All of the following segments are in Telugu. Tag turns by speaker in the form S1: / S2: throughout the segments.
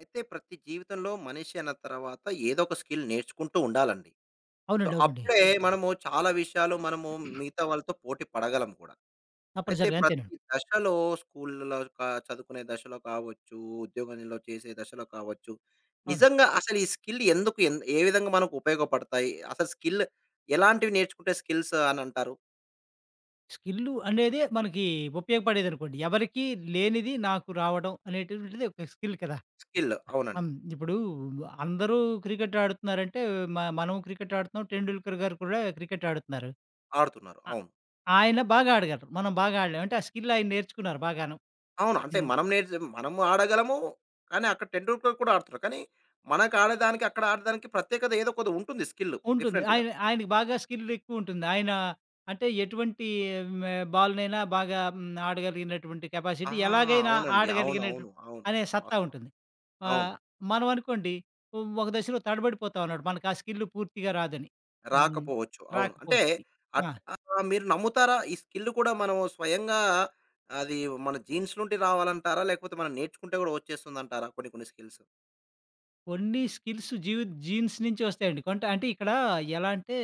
S1: అయితే ప్రతి జీవితంలో మనిషి అన్న తర్వాత ఏదో ఒక స్కిల్ నేర్చుకుంటూ ఉండాలండి.
S2: అవునండి. అవునండి.
S1: అప్పుడే మనము చాలా విషయాలు మిగతా వాళ్ళతో పోటీ పడగలం కూడా. అయితే
S2: తప్పనిసరిగా అంతేనండి.
S1: ప్రతి దశలో స్కూల్‌లో కా చదువుకునే దశలో కావచ్చు, ఉద్యోగంలో చేసే దశలో కావచ్చు,
S2: అవును.
S1: నిజంగా అసలు ఈ స్కిల్ ఎందుకు ఏ విధంగా మనకు ఉపయోగపడతాయి? అసలు స్కిల్ ఎలాంటివి నేర్చుకుంటే స్కిల్స్ అని అంటారు?
S2: స్కిల్లు అనేదే మనకి ఉపయోగపడేదనుకోండి. ఎవరికీ లేనిది నాకు రావడం అనేటువంటిది ఒక స్కిల్ కదా!
S1: స్కిల్ అవునండి.
S2: హ్మ్. ఇప్పుడు అందరూ క్రికెట్ ఆడుతున్నారంటే మనం క్రికెట్ ఆడుతున్నాం. 'టెండూల్కర్' గారు కూడా క్రికెట్ ఆడుతున్నారు.
S1: ఆడుతున్నారు.
S2: అ
S1: అవును.
S2: ఆయన బాగా ఆడగలరు. మనం బాగా ఆడలేం. అంటే ఆ స్కిల్ ఆయన నేర్చుకున్నారు బాగాను.
S1: అవును. అంటే
S2: హ్మ్.
S1: మనం నేర్చ మనము ఆడగలము. కానీ అక్కడ 10 రూపీస్ కూడా ఆడుతున్నారు. కానీ మనకు ఆడేదానికి, అక్కడ ఆడేదానికి ప్రత్యేకత ఏదో కొద్ది ఉంటుంది స్కిల్
S2: ఉంటుంది.
S1: డిఫరెంట్‌గా.
S2: ఆయనకి బాగా స్కిల్ ఎక్కువుంటుంది. ఆయన అంటే ఎటువంటి హ్మ్, బాల్‌నైనా బాగా ఆడగలిగినటువంటి
S1: ఆ!
S2: కెపాసిటీ ఎలాగైనా
S1: అవునండి. అవును.
S2: ఆడగలిగినటు
S1: అవును. అవును.
S2: అనే సత్తా
S1: వాస్తవం.
S2: ఉంటుంది.
S1: అవును.
S2: ఆహ్, మనం అనుకోండి ఒక దశలో తడబడిపోతామన్నమాట. మనకు ఆ స్కిల్ పూర్తిగా రాదని. హ్మ్.
S1: రాకపోవచ్చు. అవును. అంటే
S2: రాకపోతే. ఆ!
S1: మీరు నమ్ముతారా? ఈ స్కిల్ కూడా మనం స్వయంగా అది మన జీన్స్ నుండి రావాలంటారా? లేకపోతే మనం నేర్చుకుంటే కూడా వచ్చేస్తుందంటారా కొన్ని కొన్ని స్కిల్స్?
S2: కొన్ని స్కిల్స్ జీన్స్ నుంచి వస్తాయండి. అంటే ఇక్కడ ఎలా అంటే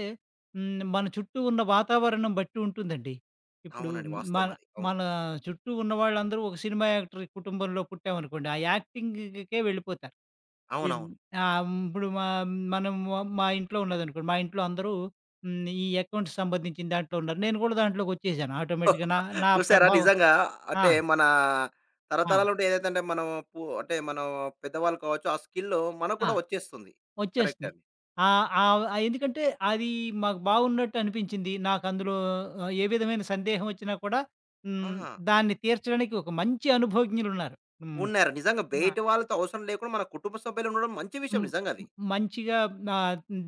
S2: హ్మ్. మన చుట్టూ ఉన్న వాతావరణం బట్టి ఉంటుందండి. ఇప్పుడు
S1: అవునండి. వాస్తవం
S2: మన
S1: అది. అవును.
S2: మన చుట్టూ ఉన్న వాళ్ళందరూ ఒక సినిమా యాక్టర్ కుటుంబంలో పుట్టామనుకోండి. ఆ యాక్టింగ్‌కే వెళ్ళిపోతారు. ఇన్
S1: అవునవును.
S2: ఇప్పుడు మనం మా మా ఇంట్లో ఉన్నదనుకోండి. మా ఇంట్లో అందరూ హ్మ్. ఈ అకౌంట్స్ సంబంధించిన దాంట్లో ఉన్నారు. నేను కూడా దాంట్లోకొచ్చేసాను. ఆటోమేటిక్‌గా నా నా
S1: చూసారా
S2: ప్రభావం.
S1: నిజంగా
S2: ఆ!
S1: అంటే మన
S2: ఆ!
S1: తరతరాల నుండి ఏదైతే అంటే మనం పు అంటే మనం పెద్దవాళ్ళు కావచ్చు, ఆ స్కిల్ మనకు
S2: ఆ!
S1: కూడా వచ్చేస్తుంది. కరెక్ట్
S2: వచ్చేస్తుంది.
S1: అండి.
S2: ఆహ్, ఆహ్, ఆహ్, ఎందుకంటే అది మాకు బాగున్నట్టు అనిపించింది. నాకందులో ఏ విధమైన సందేహం వచ్చినా కూడా
S1: ఆ!
S2: హ్మ్. దాన్ని తీర్చడానికి ఒక మంచి అనుభవజ్ఞులున్నారు. హ్మ్.
S1: ఉన్నారు. నిజంగా
S2: ఆ!
S1: బయట వాళ్ళతో అవసరం లేకుండా మన కుటుంబ సభ్యులు ఉండడం మంచి విషయం
S2: హ్మ్.
S1: నిజంగా అది.
S2: మంచిగా నా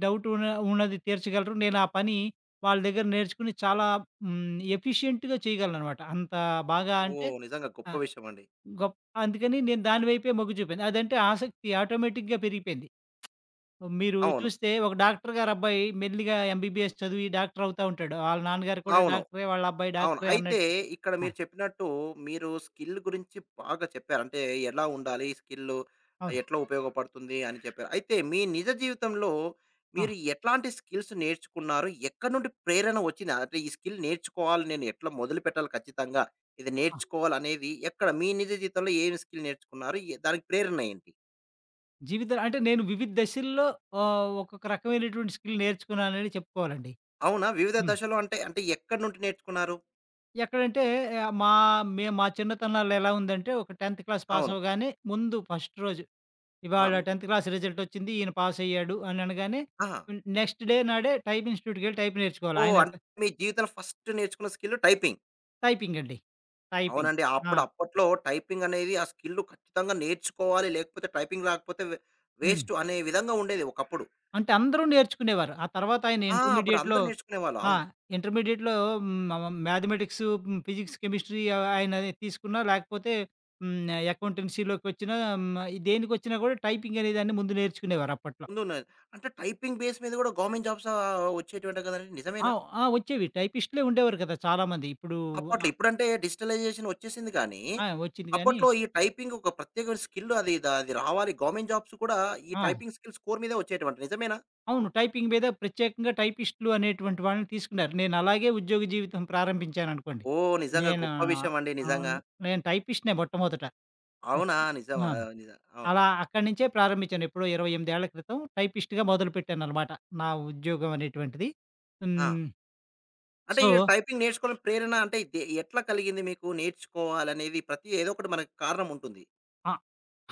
S2: డౌట్ ఉన్నది తీర్చగలరు. నేను ఆ పని వాళ్ళ దగ్గర నేర్చుకుని చాలా హ్మ్. ఎఫిషియెంట్‌గా చేయగలననమాట. అంత బాగా అంటే
S1: ఓహ్! నిజంగా గొప్ప
S2: ఆ!
S1: విషయం అండి.
S2: గొప్ అందుకని నేను దాని వైపే మొగ్గు చూపాను. అదంటే ఆసక్తి ఆటోమేటిక్‌గా పెరిగిపోయింది. మీరు
S1: అవును.
S2: చూస్తే ఒక డాక్టర్ గారి అబ్బాయి మెల్లిగా ఎంబీబీఎస్ చదివి డాక్టర్ అవుతా ఉంటాడు. వాళ్ళ నాన్నగారు కూడా
S1: అవును.
S2: డాక్టరే, వాళ్ళ అబ్బాయి
S1: అవును.
S2: డాక్టరే
S1: అయితే
S2: అన్నట్టు.
S1: ఇక్కడ
S2: ఆ!
S1: మీరు చెప్పినట్టు మీరు స్కిల్ గురించి బాగా చెప్పారు. అంటే ఎలా ఉండాలి స్కిల్లు,
S2: అవును.
S1: ఎట్లా ఉపయోగపడుతుంది అని చెప్పారు. అయితే మీ నిజ జీవితంలో
S2: ఆ!
S1: మీరు ఎట్లాంటి స్కిల్స్ నేర్చుకున్నారు? ఎక్కడి నుండి ప్రేరణ వచ్చింది? అంటే ఈ స్కిల్ నేర్చుకోవాలి నేను ఎట్లా మొదలుపెట్టాలి ఖచ్చితంగా, ఇది
S2: ఆ!
S1: నేర్చుకోవాలనేది ఎక్కడ మీ నిజ జీవితంలో ఏమి స్కిల్ నేర్చుకున్నారు? దానికి ప్రేరణ ఏంటి?
S2: జీవితం అంటే నేను వివిధ దశల్లో ఒక్కొక్క రకమైనటువంటి స్కిల్ నేర్చుకున్నానని చెప్పుకోవాలండి.
S1: అవునా? వివిధ
S2: హ్మ్.
S1: దశలు అంటే, అంటే ఎక్కడి నుండి నేర్చుకున్నారు?
S2: ఎక్కడంటే ఆహ్, మా మే మా చిన్నతనంలో ఎలా ఉందంటే ఒక 10థ్ క్లాస్ పాస్
S1: అవును.
S2: అవ్వగానే ముందు ఫస్ట్ రోజు
S1: ఆ!
S2: ఇవాళ
S1: హ్మ్.
S2: 10థ్ క్లాస్ రిజల్ట్ వచ్చింది. ఈయన పాస్ అయ్యాడు అని అనగానే
S1: ఆహా!
S2: నెక్స్ట్ డే నాడే టైప్ ఇన్‌స్టిట్యూట్‌కెళ్ళి టైప్ నేర్చుకోవాలి.
S1: ఓహ్!
S2: ఆయన
S1: అంటే మీ జీవితంలో ఫస్ట్ నేర్చుకున్న స్కిల్ టైపింగ్.
S2: టైపింగ్ అండి. టైపింగ్.
S1: అవునండి.
S2: ఆ!
S1: అప్పట్లో టైపింగ్ అనేది ఆ స్కిల్ ఖచ్చితంగా నేర్చుకోవాలి. లేకపోతే టైపింగ్ రాకపోతే
S2: హ్మ్.
S1: వేస్ట్ అనే విధంగా ఉండేది ఒకప్పుడు.
S2: అంటే అందరూ నేర్చుకునేవారు. ఆ తర్వాత ఆయన
S1: ఆ! అప్పుడు
S2: ఇంటర్మీడియేట్‌లో.
S1: అందరూ నేర్చుకునేవాళ్ళు.
S2: ఆ!
S1: అవును.
S2: ఇంటర్మీడియేట్‌లో హ్మ్. మ్యాథమెటిక్స్, ఫిజిక్స్, కెమిస్ట్రీ ఆయన తీసుకున్నా లేకపోతే హ్మ్. అకౌంటెన్సీలోకొచ్చినా హ్మ్. దేనికొచ్చినా కూడా టైపింగ్ అనేదాన్ని ముందు నేర్చుకునేవారు అప్పట్లో.
S1: ముందున్న అంటే టైపింగ్ బేస్ మీద గూడా గవర్నమెంట్ జాబ్స్ వచ్చేటివంట కదండీ!
S2: ఆ!
S1: నిజమేనా?
S2: ఆ! వచ్చేవి. టైపిస్ట్‌లే ఉండేవారు కదా! చాలామంది. ఇప్పుడు
S1: అప్పట్లో
S2: ఆ!
S1: ఇప్పుడంటే డిజిటలైజేషన్ వచ్చేసింది కానీ,
S2: ఆ! వచ్చింది గానీ
S1: అప్పట్లో ఈ టైపింగ్ ఒక ప్రత్యేకమైన స్కిల్ అది రావాలి. గవర్నమెంట్ జాబ్స్ కూడా ఈ
S2: ఆ!
S1: టైపింగ్ స్కిల్స్ కోర్ మీదే వచ్చేటివంట. నిజమేనా?
S2: అవును. టైపింగ్ మీద ప్రత్యేకంగా టైపిస్ట్‌లు అనేటువంటి వాళ్ళని తీసుకున్నారు. నేను అలాగే ఉద్యోగ జీవితం ప్రారంభించాననుకోండి.
S1: ఓహ్! నిజంగా
S2: నేను
S1: గొప్ప విషయం అండి
S2: ఆహ్,
S1: నిజంగా.
S2: నేను టైపిస్ట్‌నే మొట్టమొదట.
S1: అవునా?
S2: ఇప్పు ఆ!
S1: నిజమా? నిజం. అవును.
S2: అలా అక్కడి నుంచే ప్రారంభించాను. ఎప్పుడో 28 ఏళ్ల క్రితం టైపిస్ట్‌గా మొదలుపెట్టాననమాట. నా ఉద్యోగం అనేటువంటిది.
S1: ఆ!
S2: హ్మ్.
S1: అంటే
S2: సో,
S1: ఈ టైపింగ్ నేర్చుకోవడం ప్రేరణ అంటే ఇది ఎట్లా కలిగింది మీకు? నేర్చుకోవాలనేది ప్రతి ఏదో ఒకటి మనకు కారణం ఉంటుంది.
S2: అ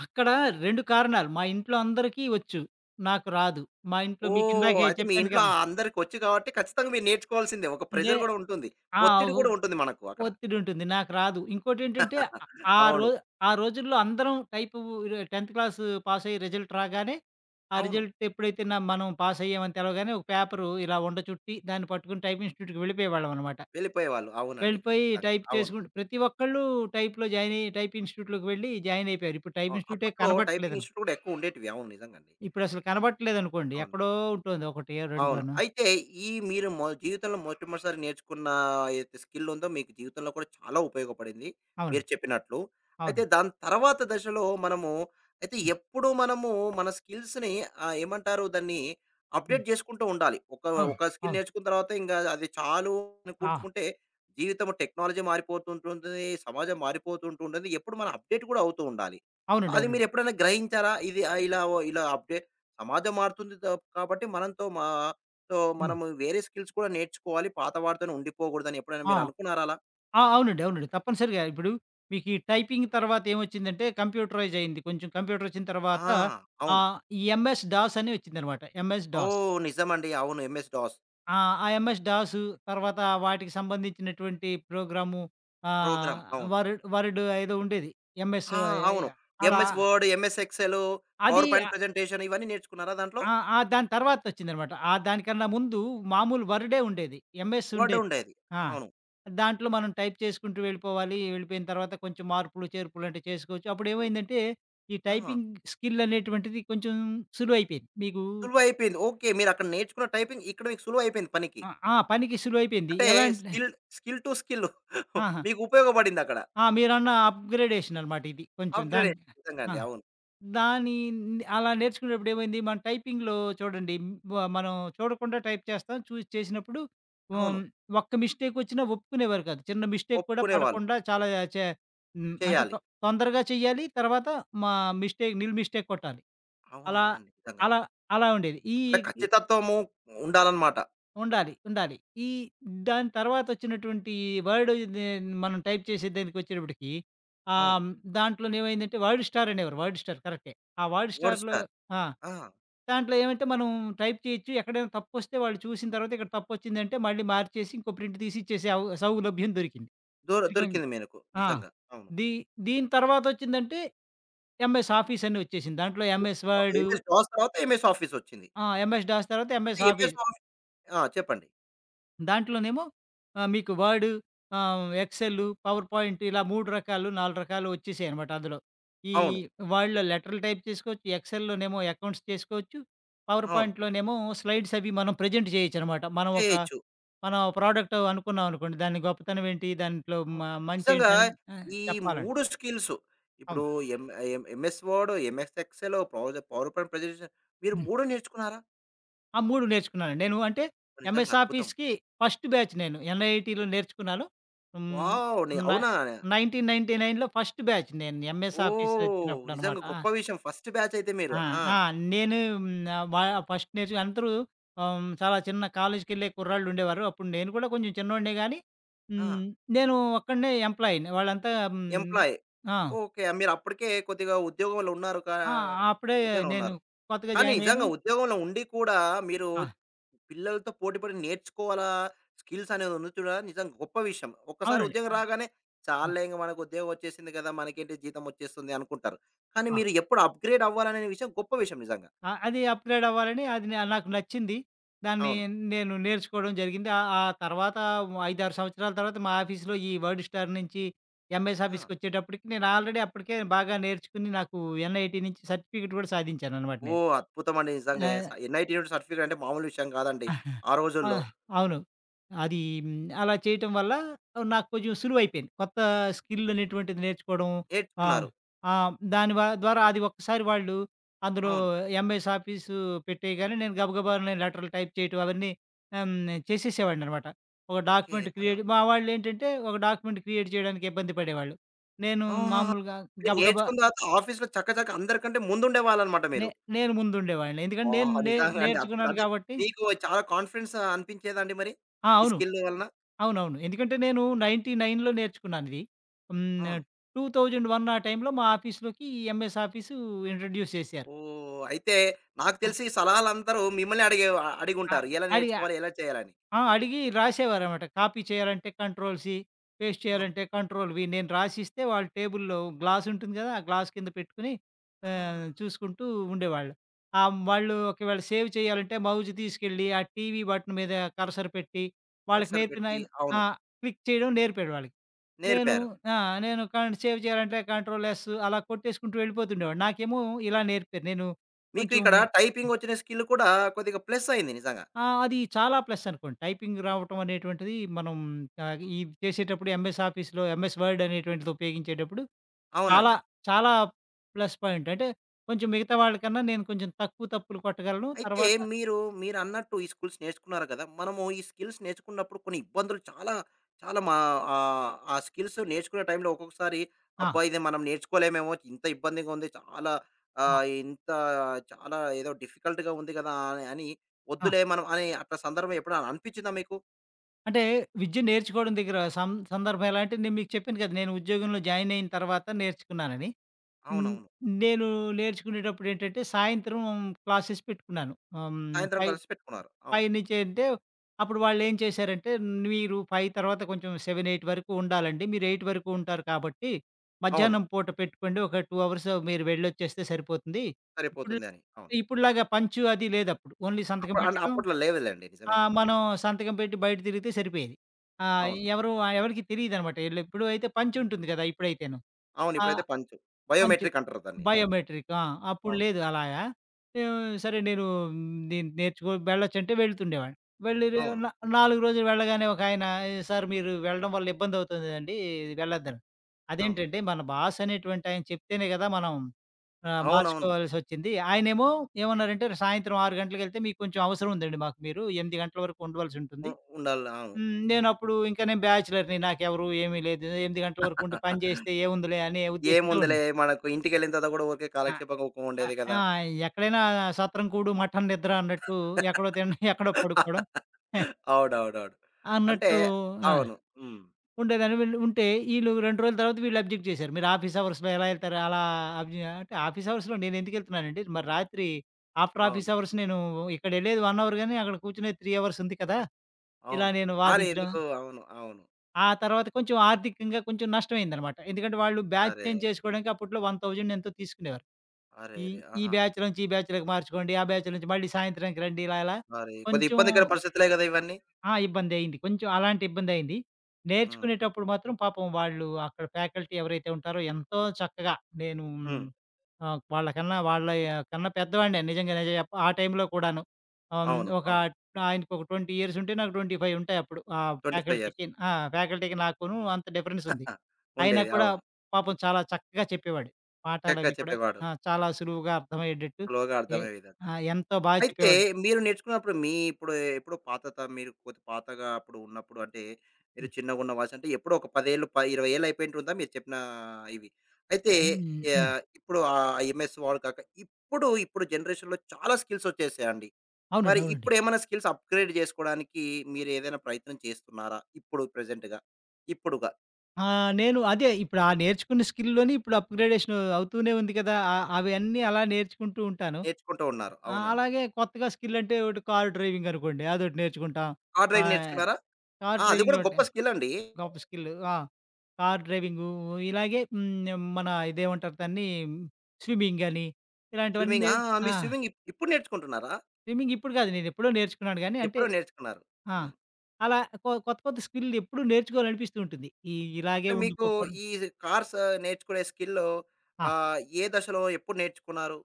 S2: అక్కడ 2 కారణాలు. మా ఇంట్లో అందరికీ వచ్చు. నాకు రాదు. మా ఇంట్లో
S1: ఓహ్!
S2: మీకిందాకే
S1: అయితే మీ
S2: చెప్పాను
S1: ఇంట్లో
S2: కదా!
S1: అందరికొచ్చు కాబట్టి ఖచ్చితంగా మీరు నేర్చుకోవాల్సిందే. ఒక
S2: లే
S1: ప్రెషర్ గూడా ఉంటుంది.
S2: ఆ!
S1: ఒత్తిడి గూడా ఉంటుంది మనకు అక్కడ.
S2: ఒత్తిడుంటుంది. నాకు రాదు. ఇంకోటేంటంటే ఆ ఆ రో
S1: అవును.
S2: ఆ రోజుల్లో అందరం టైపు ర 10థ్ క్లాస్ పాస్ అయ్యి రిజల్ట్ రాగానే, ఆ
S1: అవును.
S2: రిజల్ట్ ఎప్పుడైతే మనం పాస్ అయ్యామని తెలవగానే ఒక పేపరు ఇలా ఉండ చుట్టి దాన్ని పట్టుకొని టైప్ ఇన్‌స్టిట్యూట్‌కి వెళ్ళిపోయేవాళ్ళమనమాట.
S1: వెళ్ళిపోయేవాళ్ళు. అవునండి.
S2: వెళ్ళిపోయి
S1: ఖచ్చితంగా.
S2: టైప్
S1: అవును.
S2: చేసుకుంటూ ప్రతి ఒక్కళ్ళు టైప్‌లో జాయిన్ అయ్యి టైప్ ఇన్‌స్టిట్యూట్‌లోకి వెళ్ళి జాయిన్ అయిపోయారు. ఇప్పుడు టైప్
S1: అవును.
S2: ఇన్‌స్టిట్యూటే
S1: అప్పట్లో టైపింగ్
S2: కనబడట్లేదను
S1: ఇన్స్టిట్యూట్ గూడా ఎక్కువ ఉండేటివి. అవును. నిజంగండి.
S2: ఇప్పుడసలు కనబడట్లేదనుకోండి.
S1: అవును.
S2: ఎక్కడో ఉంటుంది ఒకటో,
S1: అవును.
S2: రెండోనో.
S1: అయితే ఈ మీరు జీవితంలో మొట్టమొదటిసారి నేర్చుకున్న ఏదైతే స్కిల్ ఉందో మీకు జీవితంలో కూడా చాలా ఉపయోగపడింది. మీరు
S2: అవునండి.
S1: చెప్పినట్లు. అయితే
S2: అవునండి.
S1: దాని తర్వాత దశలో మనము అయితే
S2: హ్మ్.
S1: ఎప్పుడు మనము మన స్కిల్స్‌ని ఏమంటారు దాన్ని అప్‌డేట్
S2: హ్మ్.
S1: చేసుకుంటూ ఉండాలి. ఒక
S2: అవును.
S1: ఒక స్కిల్
S2: అవును.
S1: నేర్చుకున్న తర్వాత ఇంక అది చాలు అని
S2: ఆ!
S1: కూర్చుకుంటే జీవితం టెక్నాలజీ మారిపోతుంటుంది. సమాజం మారిపోతుంటుంది. ఎప్పుడు మనం అప్‌డేట్ కూడా అవుతూ ఉండాలి.
S2: అవునండి.
S1: అది మీరు
S2: అవునండి.
S1: ఎప్పుడైనా గ్రహించారా? ఇది ఇలా ఇలా అప్‌డే సమాజం మారుతుంది త కాబట్టి మనంతో మా సో,
S2: హ్మ్.
S1: మనము వేరే స్కిల్స్ కూడా నేర్చుకోవాలి. పాత వాటితోనే ఉండిపోకూడదని ఎప్పుడైనా
S2: ఆ!
S1: మీరు అనుకున్నారా అలా?
S2: ఆ! అవునండి. అవునండి. తప్పనిసరిగా ఇప్పుడు మీకు ఈ టైపింగ్ తర్వాత ఏమొచ్చిందంటే కంప్యూటరైజ్ అయింది. కొంచెం కంప్యూటర్ వచ్చిన
S1: ఆ!
S2: తర్వాత
S1: అవును.
S2: ఈ ఎంఎస్ డాస్ అని వచ్చిందనమాట. MS DOS.
S1: ఓహ్! నిజమండి. అవును. ఎంఎస్ డాస్
S2: ఆ! ఆ ఎంఎస్ దాసు తర్వాత వాటికి సంబంధించినటువంటి ప్రోగ్రాము ఆహ్,
S1: ప్రోగ్రామ్. అవును.
S2: వరుడ్ వరుడ్ ఏదో ఉండేది. ఎంఎస్
S1: ఆ! అవును.
S2: అలా
S1: ఎంఎస్ వర్డ్, ఎంఎస్ ఎక్సెల్,
S2: అది
S1: పవర్
S2: ఆ!
S1: పాయింట్ ప్రెజెంటేషన్ ఇవన్నీ నేర్చుకున్నారా దాంట్లో?
S2: ఆ! ఆ దాని తర్వాత వచ్చిందనమాట. ఆ దానికన్నా ముందు మామూలు వరుడే ఉండేది. ఎంఎస్
S1: వర్డ్
S2: ఉండేది. కాదు.
S1: ఉండేది.
S2: ఆ!
S1: అవును.
S2: దాంట్లో మనం టైప్ చేసుకుంటూ వెళ్ళిపోవాలి. వెళ్ళిపోయిన తర్వాత కొంచెం మార్పులు, చేర్పులు అంటే చేసుకోవచ్చు. అప్పుడేమైందంటే ఈ
S1: ఆహా!
S2: టైపింగ్ స్కిల్ అనేటువంటిది కొంచెం సులువైపోయింది. మీకు
S1: సులువైపోయింది. ఓకే. మీరక్కడ నేర్చుకున్న టైపింగ్ ఇక్కడ మీకు సులువైపోయింది పనికి.
S2: ఆ! ఆ! పనికి సులువైపోయింది.
S1: అంటే
S2: ఎలా అంటే
S1: స్కిల్, స్కిల్ టు స్కిల్
S2: ఆహా!
S1: మీకు ఉపయోగపడిందక్కడ.
S2: ఆ! మీరన్న అప్‌గ్రేడేషన్ అనమాట ఇది. కొంచెం దాని
S1: అప్‌గ్రేడేషన్ నిజంగా
S2: ఆ!
S1: అండి. అవును.
S2: దాని అలా నేర్చుకునేటప్పుడు ఏమైంది, మన టైపింగ్‌లో చూడండి మనం చూడకుండా టైప్ చేస్తాం. చూసి చేసినప్పుడు
S1: అవును.
S2: హ్మ్, ఒక్క మిస్టేక్ వచ్చినా ఒప్పుకునేవారు కాదు. చిన్న మిస్టేక్ కూడా
S1: ఒప్పుకునేవాళ్ళు.
S2: పడకుండా చాలా చే అంటే
S1: చేయాలి.
S2: తొందరగా చెయ్యాలి. తర్వాత మా మిస్టేక్ నిల్ మిస్టేక్ కొట్టాలి. అలా
S1: అవునవునండి. నిజంగా.
S2: అలా అలా ఉండేది. ఈ
S1: అంటే ఖచ్చితత్వము ఉండాలన్నమాట.
S2: ఉండాలి. ఉండాలి. ఈ దాని తర్వాతొచ్చినటువంటి వర్డ్ దే మనం టైప్ చేసే దానికొచ్చేటప్పటికి ఆహ్,
S1: అవును.
S2: హ్మ్, దాంట్లోనేమైందంటే వర్డ్ స్టార్ అనేవారు. వర్డ్ స్టార్ కరెక్టే. ఆ వర్డ్
S1: వర్డ్
S2: స్టార్‌లో
S1: స్టార్.
S2: ఆ!
S1: ఆ!
S2: దాంట్లో ఏమంటే మనం టైప్ చేయొచ్చు. ఎక్కడైనా తప్పొస్తే వాళ్ళు చూసిన తర్వాత ఇక్కడ తప్పొచ్చిందంటే మళ్ళీ మార్చేసి ఇంకో ప్రింట్ తీసి ఇచ్చేసే సౌలభ్యం దొరికింది. ఇదిగోండి
S1: దొరికింది మీకు.
S2: ఆ!
S1: నిజంగా. అవును.
S2: దీ దీని తర్వాతొచ్చిందంటే ఎంఎస్ ఆఫీసని ఒచ్చేసింది. దాంట్లో ఎంఎస్ వర్డు
S1: ఎంఎస్ జాస్ తర్వాత ఎంఎస్ ఆఫీసొచ్చింది.
S2: ఆ! ఎంఎస్ డాస్ తర్వాత
S1: అంటే
S2: ఎంఎస్
S1: ఎంఎస్
S2: ఆఫీస్.
S1: ఆఫీస్ ఆ! చెప్పండి.
S2: దాంట్లోనేమో మీకు వర్డ్ ఎక్సెల్, పవర్ పాయింట్ ఇలా 3 రకాలు, 4 రకాలు వచ్చేసాయనమాట అందులో. ఈ
S1: అవును.
S2: వర్డ్‌లో లెటర్‌లు టైప్ చేసుకోవచ్చు. ఎక్సెల్‌లోనేమో అకౌంట్స్ చేసుకోవచ్చు. పవర్
S1: అవును.
S2: పాయింట్‌లోనేమో స్లైడ్స్ అవి మనం ప్రెజెంట్ చేయొచ్చనమాట. మనం ఒక
S1: చేయొచ్చు.
S2: మన ప్రోడక్ట్ అనుకున్నాం అనుకోండి. దాని గొప్పతనం ఏంటి? దాంట్లో
S1: అవును. నిజంగా
S2: మంచేంటి అని
S1: ఈ
S2: చెప్పాలండి.
S1: 3 స్కిల్స్ ఇప్పుడు
S2: అవును.
S1: M M MS word, MS excel, power power point presentation మీరు 3 నేర్చుకున్నారా?
S2: ఆ! 3 నేర్చుకున్నాను. నేను అంటే
S1: నిజంగా
S2: ఎంఎస్
S1: అద్భుతం.
S2: ఆఫీస్‌కి ఫస్ట్ బ్యాచ్ నేను. ఎన్‌ఐటీలో నేర్చుకున్నాను. హ్మ్.
S1: వావ్!
S2: నై
S1: అవునా?
S2: 1999లో ఫస్ట్ బ్యాచ్ నేను ఎంఎస్ ఆఫీస్
S1: ఓహ్!
S2: వచ్చినప్పుడనమాట.
S1: నిజంగా
S2: ఆ!
S1: గొప్ప విషయం. ఫస్ట్ బ్యాచ్ అయితే మీరు.
S2: ఆ!
S1: ఆ!
S2: ఆ! నేను ఆహ్, వా ఫస్ట్ నేర్చు అందరూ చాలా చిన్న కాలేజ్‌కెళ్ళే కుర్రాళ్ళుండేవారు. అప్పుడు నేను కూడా కొంచెం చిన్నోడినే గానీ,
S1: ఆ!
S2: హ్మ్. నేను ఒక్కడినే ఎంప్లాయీని. వాళ్ళంతా హ్మ్.
S1: ఎంప్లాయీ.
S2: ఆ!
S1: ఓకే. మీరప్పటికే కొద్దిగా ఉద్యోగంలో ఉన్నారు కా
S2: ఆ! అప్పుడే
S1: ఉద్యోగంలో
S2: నేను
S1: ఉన్నారు.
S2: కొత్తగా
S1: కానీ
S2: జాయినయ్యాను.
S1: నిజంగా ఉద్యోగంలో ఉండి కూడా మీరు
S2: ఆ!
S1: పిల్లలతో పోటీపడి నేర్చుకోవాలా స్కిల్స్ అనేది ఉంది చూడరా నిజంగా గొప్ప విషయం. ఒక్కసారి
S2: అవునండి.
S1: ఉద్యోగం
S2: ఆ!
S1: రాగానే చాలులే ఇంక మనకు ఉద్యోగం వచ్చేసింది కదా! మనకేంటి జీతం వచ్చేస్తుంది అనుకుంటారు. కానీ
S2: ఆ!
S1: మీరు ఎప్పుడు అప్‌గ్రేడ్ అవ్వాలనే విషయం గొప్ప విషయం నిజంగా.
S2: ఆ! అది అప్‌గ్రేడ్ అవ్వాలని అది నాకు నచ్చింది. దాన్ని
S1: అవును.
S2: నేను నేర్చుకోవడం జరిగింది. ఆ ఆ తర్వాత 5, 6 సంవత్సరాల తర్వాత మా ఆఫీస్‌లో ఈ వర్డ్ స్టార్ నుంచి ఎంఎస్
S1: ఆ!
S2: ఆఫీస్‌కొచ్చేటప్పటికి నేను ఆల్రెడీ అప్పటికే బాగా నేర్చుకుని నాకు ఎన్ఐటీ నుంచి సర్టిఫికేట్ కూడా సాధించాననమాట నేను.
S1: ఓహ్! అద్భుతమండి నిజంగా.
S2: ఆ!
S1: ఎన్‌ఐటి సర్టిఫికేట్ అంటే మామూలు విషయం కాదండి.
S2: ఆహా!
S1: ఆ
S2: ఆ!
S1: రోజుల్లో
S2: అవును. అది హ్మ్, అలా చేయటం వల్ల నాకు కొంచెం సులువైపోయింది. కొత్త స్కిల్ అనేటువంటిది నేర్చుకోవడం. ఆ!
S1: నేర్చుకున్నారు.
S2: ఆ! దాని ద్వారా అది ఒక్కసారి వాళ్ళు అందులో
S1: అవును.
S2: ఎంఎస్ ఆఫీసు పెట్టేయగానే నేను లెటర్‌లు టైప్ చేయటం అవన్నీ చేసేసేవాడిననమాట. ఒక
S1: ఓకే.
S2: డాక్యుమెంట్
S1: ఆ!
S2: క్రియేట్ మా వాళ్ళేంటంటే ఒక డాక్యుమెంట్ క్రియేట్ చేయడానికి ఇబ్బంది పడేవాళ్ళు. నేను
S1: ఆహాహా!
S2: మామూలుగా
S1: మీరు
S2: గబగబా
S1: నేర్చుకున్న తర్వాత ఆఫీస్‌లో చక చక అందరికంటే ముందుండేవాళ్ళనమాట
S2: నే
S1: మీరు.
S2: నేను ముందుండేవాడిని. ఎందుకంటే
S1: ఆహా!
S2: నేను నే
S1: నిజంగా అండి. అద్భుతం.
S2: నేర్చుకున్నాను
S1: అంటే
S2: కాబట్టి
S1: మీకు చాలా కాన్ఫిడెన్స్ అనిపించేదా అండి మరి?
S2: ఆ!
S1: ఈ
S2: అవును.
S1: స్కిల్ వలన?
S2: అవునవును. ఎందుకంటే నేను 99లో నేర్చుకున్నానిది. హ్మ్.
S1: అవును.
S2: 2001 ఆ టైంలో మా ఆఫీస్‌లోకి ఈ ఎంఎస్ ఆఫీసు ఇంట్రొడ్యూస్ చేశారు.
S1: ఓహ్! అయితే నాకు
S2: ఆ!
S1: తెలిసి ఈ సలహాలందరూ మిమ్మల్ని
S2: ఆ!
S1: అడిగుంటారు. ఎలా
S2: అడిగా
S1: నేర్చుకోవాలి? ఎలా చేయాలని?
S2: ఆ! అడిగి రాసేవారనమాట. కాపీ చేయాలంటే కంట్రోల్ సి, పేస్ట్
S1: అవును.
S2: చేయాలంటే కంట్రోల్ వి. నేను రాసిస్తే వాళ్ళు టేబుల్‌లో గ్లాస్ ఉంటుంది కదా! ఆ గ్లాస్ కింద పెట్టుకొని
S1: ఆ!
S2: చూసుకుంటూ ఉండేవాళ్ళు. వాళ్ళు ఒకవేళ సేవ్ చేయాలంటే మౌజ్ తీసుకెళ్ళి ఆ టీవీ బటన్ మీద కర్సర్ పెట్టి వాళ్ళకి
S1: కర్సర్ పెట్టి
S2: నేర్పినాయన ఆ!
S1: అవును.
S2: క్లిక్ చేయడం నేర్పాడు వాళ్ళకి. నేను
S1: నేర్పారు.
S2: ఆ! నేను సేవ్ చేయాలంటే కంట్రోల్ ఎస్ అలా కొట్టేసుకుంటూ వెళ్ళిపోతుండేవాడిని. నాకేమో ఇలా నేర్పారు. నేను
S1: మీకు
S2: కొంచెం
S1: ఇక్కడ టైపింగ్ వచ్చిన స్కిల్ కూడా కొద్దిగా ప్లస్ అయింది నిజంగా.
S2: ఆ! అది చాలా ప్లస్ అనుకోండి. టైపింగ్ రావటం అనేటువంటిది మనం ఆహ్, ఈ చేసేటప్పుడు ఎంఎస్ ఆఫీస్‌లో ఎంఎస్ వర్డ్ అనేటువంటిది ఉపయోగించేటప్పుడు చాలా,
S1: అవునండి.
S2: చాలా ప్లస్ పాయింట్. అంటే కొంచెం మిగతా వాళ్ళకన్నా నేను కొంచెం తక్కువ తప్పులు కొట్టగలను.
S1: అయితే
S2: తర్వాత
S1: మీరు మీరన్నట్టు ఈ స్కిల్స్ నేర్చుకున్నారు కదా! మనము ఈ స్కిల్స్ నేర్చుకున్నప్పుడు కొన్ని ఇబ్బందులు చాలా చాలా మా ఆ స్కిల్స్ నేర్చుకునే టైంలో ఒక్కొక్కసారి
S2: ఆ!
S1: అబ్బా! ఇది మనం నేర్చుకోలేమేమో ఇంత ఇబ్బందిగా ఉంది. చాలా
S2: ఆ!
S1: ఆహ్, ఇంత చాలా ఏదో డిఫికల్ట్‌గా ఉంది కదా! అని అని
S2: ఆ!
S1: వద్దులే మనం అని అట్లా సందర్భం ఎప్పుడైనా అనిపించిందా మీకు?
S2: అంటే విద్య నేర్చుకోవడం దగ్గర సందర్భం ఎలా అంటే నేను మీకు చెప్పాను కదా! నేను ఉద్యోగంలో జాయిన్ అయిన తర్వాత నేర్చుకున్నానని. హ్మ్.
S1: అవునవును.
S2: నేను నేర్చుకునేటప్పుడేంటంటే, సాయంత్రం క్లాసెస్ పెట్టుకున్నాను. ఆహ్, హ్మ్.
S1: సాయంత్రం
S2: 5,
S1: కలిసి పెట్టుకున్నారు. అవును.
S2: 5 నుంచి అంటే, అప్పుడు వాళ్ళేం చేశారంటే, మీరు 5 తర్వాత కొంచెం 7, 8 వరకు ఉండాలండి. మీరు 8 వరకు ఉంటారు కాబట్టి,
S1: అవును.
S2: మధ్యాహ్నం పూట పెట్టుకోండి. ఒక 2 అవర్స్ మీరు వెళ్ళొచ్చేస్తే సరిపోతుంది. ఇప్పుడు
S1: సరిపోతుంది అని. అవును.
S2: ఇప్పుడులాగా పంచు అది లేదప్పుడు. ఓన్లీ సంతకం
S1: అప్పుడు
S2: పెట్టడం.
S1: అప్పట్లో లేదులెండి.
S2: ఆ!
S1: నిజమే. అవును.
S2: మనం సంతకం పెట్టి బయట తిరిగితే సరిపోయేది. ఆ!
S1: అవును.
S2: ఎవరు ఎవరికీ తెలీదనమాట. ఈళ్ళెప్పుడు అయితే పంచుంటుంది కదా! ఇప్పుడైతేను.
S1: అవును.
S2: ఆ!
S1: ఇప్పుడైతే
S2: అంచు.
S1: బయోమెట్రిక్ అంటారు దాన్ని. అవును.
S2: బయోమెట్రిక్. ఆ! అప్పుడు
S1: అవును.
S2: లేదు అలాగా. సరే నేను దీన్ని నేర్చుకో వెళ్ళొచ్చంటే వెళ్తుండేవాడిని. వెళ్ళి రే
S1: అవును.
S2: న 4 రోజులు వెళ్ళగానే ఒకాయన "సార్ మీరు వెళ్ళడం వల్ల ఇబ్బందవుతుంది కదండీ! వెళ్ళొద్దని."
S1: అవును.
S2: అదేంటంటే మన బాస్ అనేటువంటి ఆయన చెప్తేనే కదా! మనం
S1: అవునవును.
S2: మార్చుకోవాల్సొచ్చింది. ఆయనేమో ఏమన్నారంటే "సాయంత్రం 6 గంటలకెళ్తే మీకు కొంచెం అవసరం ఉందండి మాకు మీరు 8 గంటల వరకు
S1: ఉ
S2: ఉండవలసుంటుంది."
S1: ఉండాలి. అవును.
S2: హ్మ్. నేనప్పుడు ఇంకా నేను బ్యాచిలర్‌ని నాకెవరు ఏమీ లేదు. 8 గంటల వరకు ఉండి పని చేస్తే ఏముందిలే అనే ఉద్దేశ్యంతో
S1: ఏముందిలే
S2: ఉన్నా.
S1: మనకు ఇంటికెళ్ళిన తర్వాత కూడా ఊరికే
S2: ఆ!
S1: కాలక్షేపంగా ఊక
S2: ఆ!
S1: ఉండేది కదా!
S2: ఆ! ఎక్కడైనా సత్రం కూడు మఠం నిద్ర అన్నట్టు ఎక్కడో తినడం, ఎక్కడో పడుకోవడం
S1: అవునవునవును. అంటే
S2: అన్నట్టు ఆ!
S1: అవును. హ్మ్.
S2: ఉండేదాన్ని. వీళ్ళు ఉంటే ఈళ్ళు 2 రోజుల తర్వాత వీళ్ళు అబ్జెక్ట్ చేశారు. మీరు ఆఫీస్ అవర్స్‌లో ఎలా ఎళ్తారు? అలా అంటే ఆఫీస్ అవర్స్‌లో నేనెందుకెళ్తున్నానండి? మరి రాత్రి ఆఫ్టర్ ఆఫీస్
S1: అవును.
S2: అవర్స్ నేను ఇక్కడెళ్ళేది 1 అవర్ గాని అక్కడ కూర్చునేది 3 అవర్స్ ఉంది కదా! ఇలా
S1: అవును.
S2: నేను
S1: కానీ
S2: వాదించడం.
S1: ఎందుకు అవును. అవును.
S2: ఆ తర్వాత కొంచెం ఆర్థికంగా కొంచెం నష్టమైందనమాట. ఎందుకంటే వాళ్ళు బ్యాచ్
S1: అరెరే!
S2: చేంజ్ చేసుకోవడానికి అప్పట్లో 1000 ఎంతో తీసుకునేవారు. ఈ,
S1: అరెరే!
S2: ఈ
S1: ఆహా!
S2: బ్యాచ్ నుంచి ఈ బ్యాచ్‌లోకి మార్చుకోండి. ఆ బ్యాచ్ నుంచి మళ్ళీ సాయంత్రానికి రండి ఇలా ఇలా
S1: మరి కొద్దిగా
S2: కొంచెం
S1: ఇబ్బందికర పరిస్థితులే కదా ఇవన్నీ.
S2: ఆ! ఇబ్బందయింది. కొంచెం అలాంటి ఇబ్బందయింది.
S1: హ్మ్.
S2: నేర్చుకునేటప్పుడు మాత్రం పాపం వాళ్ళు అక్కడ ఫ్యాకల్టీ ఎవరైతే ఉంటారో ఎంతో చక్కగా నేను
S1: హ్మ్.
S2: వాళ్ళకన్నా వాళ్ళ కన్నా పెద్దవాడినే నిజంగా నిజం చెప్ప ఆ టైంలో కూడాను. హ్మ్.
S1: అవును.
S2: ఒక
S1: అవును.
S2: ఆయనకి ఒక 20 ఇయర్స్ ఉంటే నాకు 25 ఉంటాయప్పుడు. ఆ
S1: 25 ఇయర్స్
S2: ఫ్యాకల్టీకి ఆ! నాకును అంత డిఫరెన్స్ ఉంది. అయినా
S1: ఉండేది.
S2: కూడా
S1: అవును.
S2: పాపం చాలా చక్కగా చెప్పేవాడు.
S1: చక్కగా
S2: పాఠాలవి కూడా
S1: చెప్పేవాడు.
S2: ఆ! చాలా సులువుగా అర్థమయ్యేటట్టు.
S1: స్లోగా
S2: ఏ
S1: అర్థమయ్యే విధంగా.
S2: ఆ! ఎంతో బాగా
S1: అయితే
S2: చెప్పేవాడు.
S1: మీరు నేర్చుకున్నప్పుడు మీ ఇప్పుడు ఎప్పుడో పాత మీరు కొద్ది పాతగా అప్పుడు ఉన్నప్పుడు అంటే మీరు
S2: హ్మ్.
S1: చిన్నగా ఉన్న వయసు అంటే ఎప్పుడో ఒక పదేళ్ళు ఇరవై ఏళ్ళు అయిపోయింటు ఉందా మీరు చెప్పిన ఇవి అయితే
S2: హ్మ్.
S1: ఆ,
S2: హ్మ్.
S1: ఇప్పుడు ఆ ఎంఎస్ వాడు కాక ఇప్పుడు ఇప్పుడు జనరేషన్లో చాలా స్కిల్స్ వచ్చేసాయండి
S2: అవునండి.
S1: మరి
S2: అవునండి.
S1: ఇప్పుడు ఏమైనా స్కిల్స్ అప్గ్రేడ్ చేసుకోవడానికి మీరు ఏదైనా ప్రయత్నం చేస్తున్నారా ఇప్పుడు ప్రెసెంట్గా ఇప్పుడుగా
S2: ఆ! నేను అదే ఇప్పుడు ఆ నేర్చుకున్న స్కిల్‌లోని ఇప్పుడు అప్‌గ్రేడేషన్ అవుతూనే ఉంది కదా! ఆ అవన్నీ అలా నేర్చుకుంటూ ఉంటాను.
S1: నేర్చుకుంటూ ఉన్నారు
S2: ఆ!
S1: అవునండి
S2: అలాగే కొత్తగా స్కిల్ అంటే ఒకటి కార్ డ్రైవింగ్ అనుకోండి అదొకటి నేర్చుకుంటాం.
S1: కార్ డ్రైవింగ్
S2: ఆహ్,
S1: నేర్చుకున్నారా
S2: కార్
S1: ఆ, అది
S2: డ్రైవింగ్
S1: కూడా
S2: ఒకటి
S1: గొప్ప స్కిల్ అండి
S2: గొప్ప స్కిల్. ఆ! కార్ డ్రైవింగు ఇలాగే హ్మ్. మన ఇదేమంటారు దాన్ని స్విమ్మింగ్ అని ఇలాంటివన్నీ
S1: స్విమ్మింగ్
S2: నే
S1: మీ
S2: ఆ!
S1: స్విమ్మింగ్ ఇప్పుడు నేర్చుకుంటున్నారా
S2: స్విమ్మింగ్ ఇప్పుడు కాదు నేను ఎప్పుడో నేర్చుకున్నాను గానీ అంటే
S1: ఎప్పుడో నేర్చుకున్నారు.
S2: ఆ!
S1: అవును.
S2: అలా కొత్త కొత్త స్కిల్‌లు ఎప్పుడూ నేర్చుకోవాలనిపిస్తూ ఉంటుంది. ఈ ఇలాగే
S1: అంటే మీకు
S2: ఉండిపోకూడదు.
S1: ఈ కార్స్ నేర్చుకునే స్కిల్లు
S2: ఆ!
S1: ఏ దశలో ఎప్పుడు నేర్చుకున్నారు?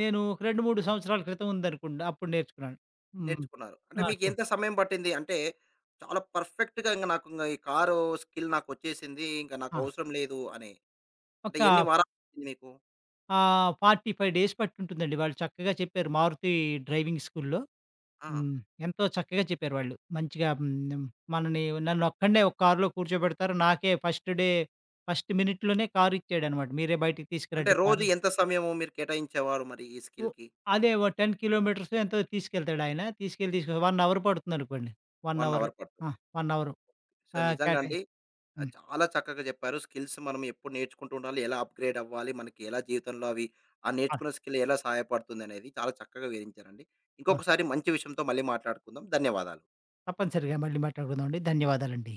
S2: నేను ఒక 2, 3 సంవత్సరాల క్రితం ఉందనుకుంటా. అప్పుడు నేర్చుకున్నాను. హ్మ్.
S1: నేర్చుకున్నారు. అంటే మీకు
S2: నాకు
S1: ఎంత సమయం పట్టింది? అంటే చాలా పర్ఫెక్ట్‌గా ఇంక నాకు ఈ కారు స్కిల్ నాకొచ్చేసింది. ఇంక
S2: ఆ!
S1: నాకవసరం లేదు అని. అంటే
S2: ఒక
S1: ఎన్ని వారాలు పట్టింది మీకు?
S2: 45 డేస్ పట్టుంటుందండి. వాళ్ళు చక్కగా చెప్పారు. మారుతి డ్రైవింగ్ స్కూల్‌లో.
S1: ఆ!
S2: హ్మ్. ఎంతో చక్కగా చెప్పారు వాళ్ళు. మంచిగా హ్మ్. మనని నన్నొక్కడినే ఒక కారులో కూర్చోబెడతారు. నాకే ఫస్ట్ డే, ఫస్ట్ మినిట్‌లోనే కారు ఇచ్చాడనమాట. మీరే బయటికి
S1: అంటే
S2: తీసుకురండి
S1: రోజు
S2: కారు.
S1: ఎంత సమయము మీరు కేటాయించేవారు మరి ఈ
S2: ఓ
S1: స్కిల్‌కి?
S2: అదే ఓ 10 కిలోమీటర్సో ఎంతో తీసుకెళ్తాడు ఆయన. తీసుకెళ్ళి తీసుకొ 1 అవర్ పడుతుందనుకోండి. 1
S1: 1
S2: అవర్.
S1: అవర్
S2: ఆ!
S1: పడుతుంది.
S2: 1 అవర్.
S1: సో,
S2: ఆహ్,
S1: నిజంగా
S2: కేటాయి
S1: అండి ఆ!
S2: హ్మ్.
S1: చాలా చక్కగా చెప్పారు. స్కిల్స్ మనం ఎప్పుడు నేర్చుకుంటూ ఉండాలి. ఎలా అప్‌గ్రేడ్ అవ్వాలి. మనకి ఎలా జీవితంలో అవి ఆ
S2: అవును.
S1: నేర్చుకున్న స్కిల్ ఎలా సహాయపడుతుందనేది చాలా చక్కగా వివరించారండి.
S2: అవును.
S1: ఇంకొకసారి మంచి విషయంతో మళ్ళీ మాట్లాడుకుందాం. ధన్యవాదాలు.
S2: తప్పనిసరిగా మళ్ళీ మాట్లాడుకుందామండి. ధన్యవాదాలండి.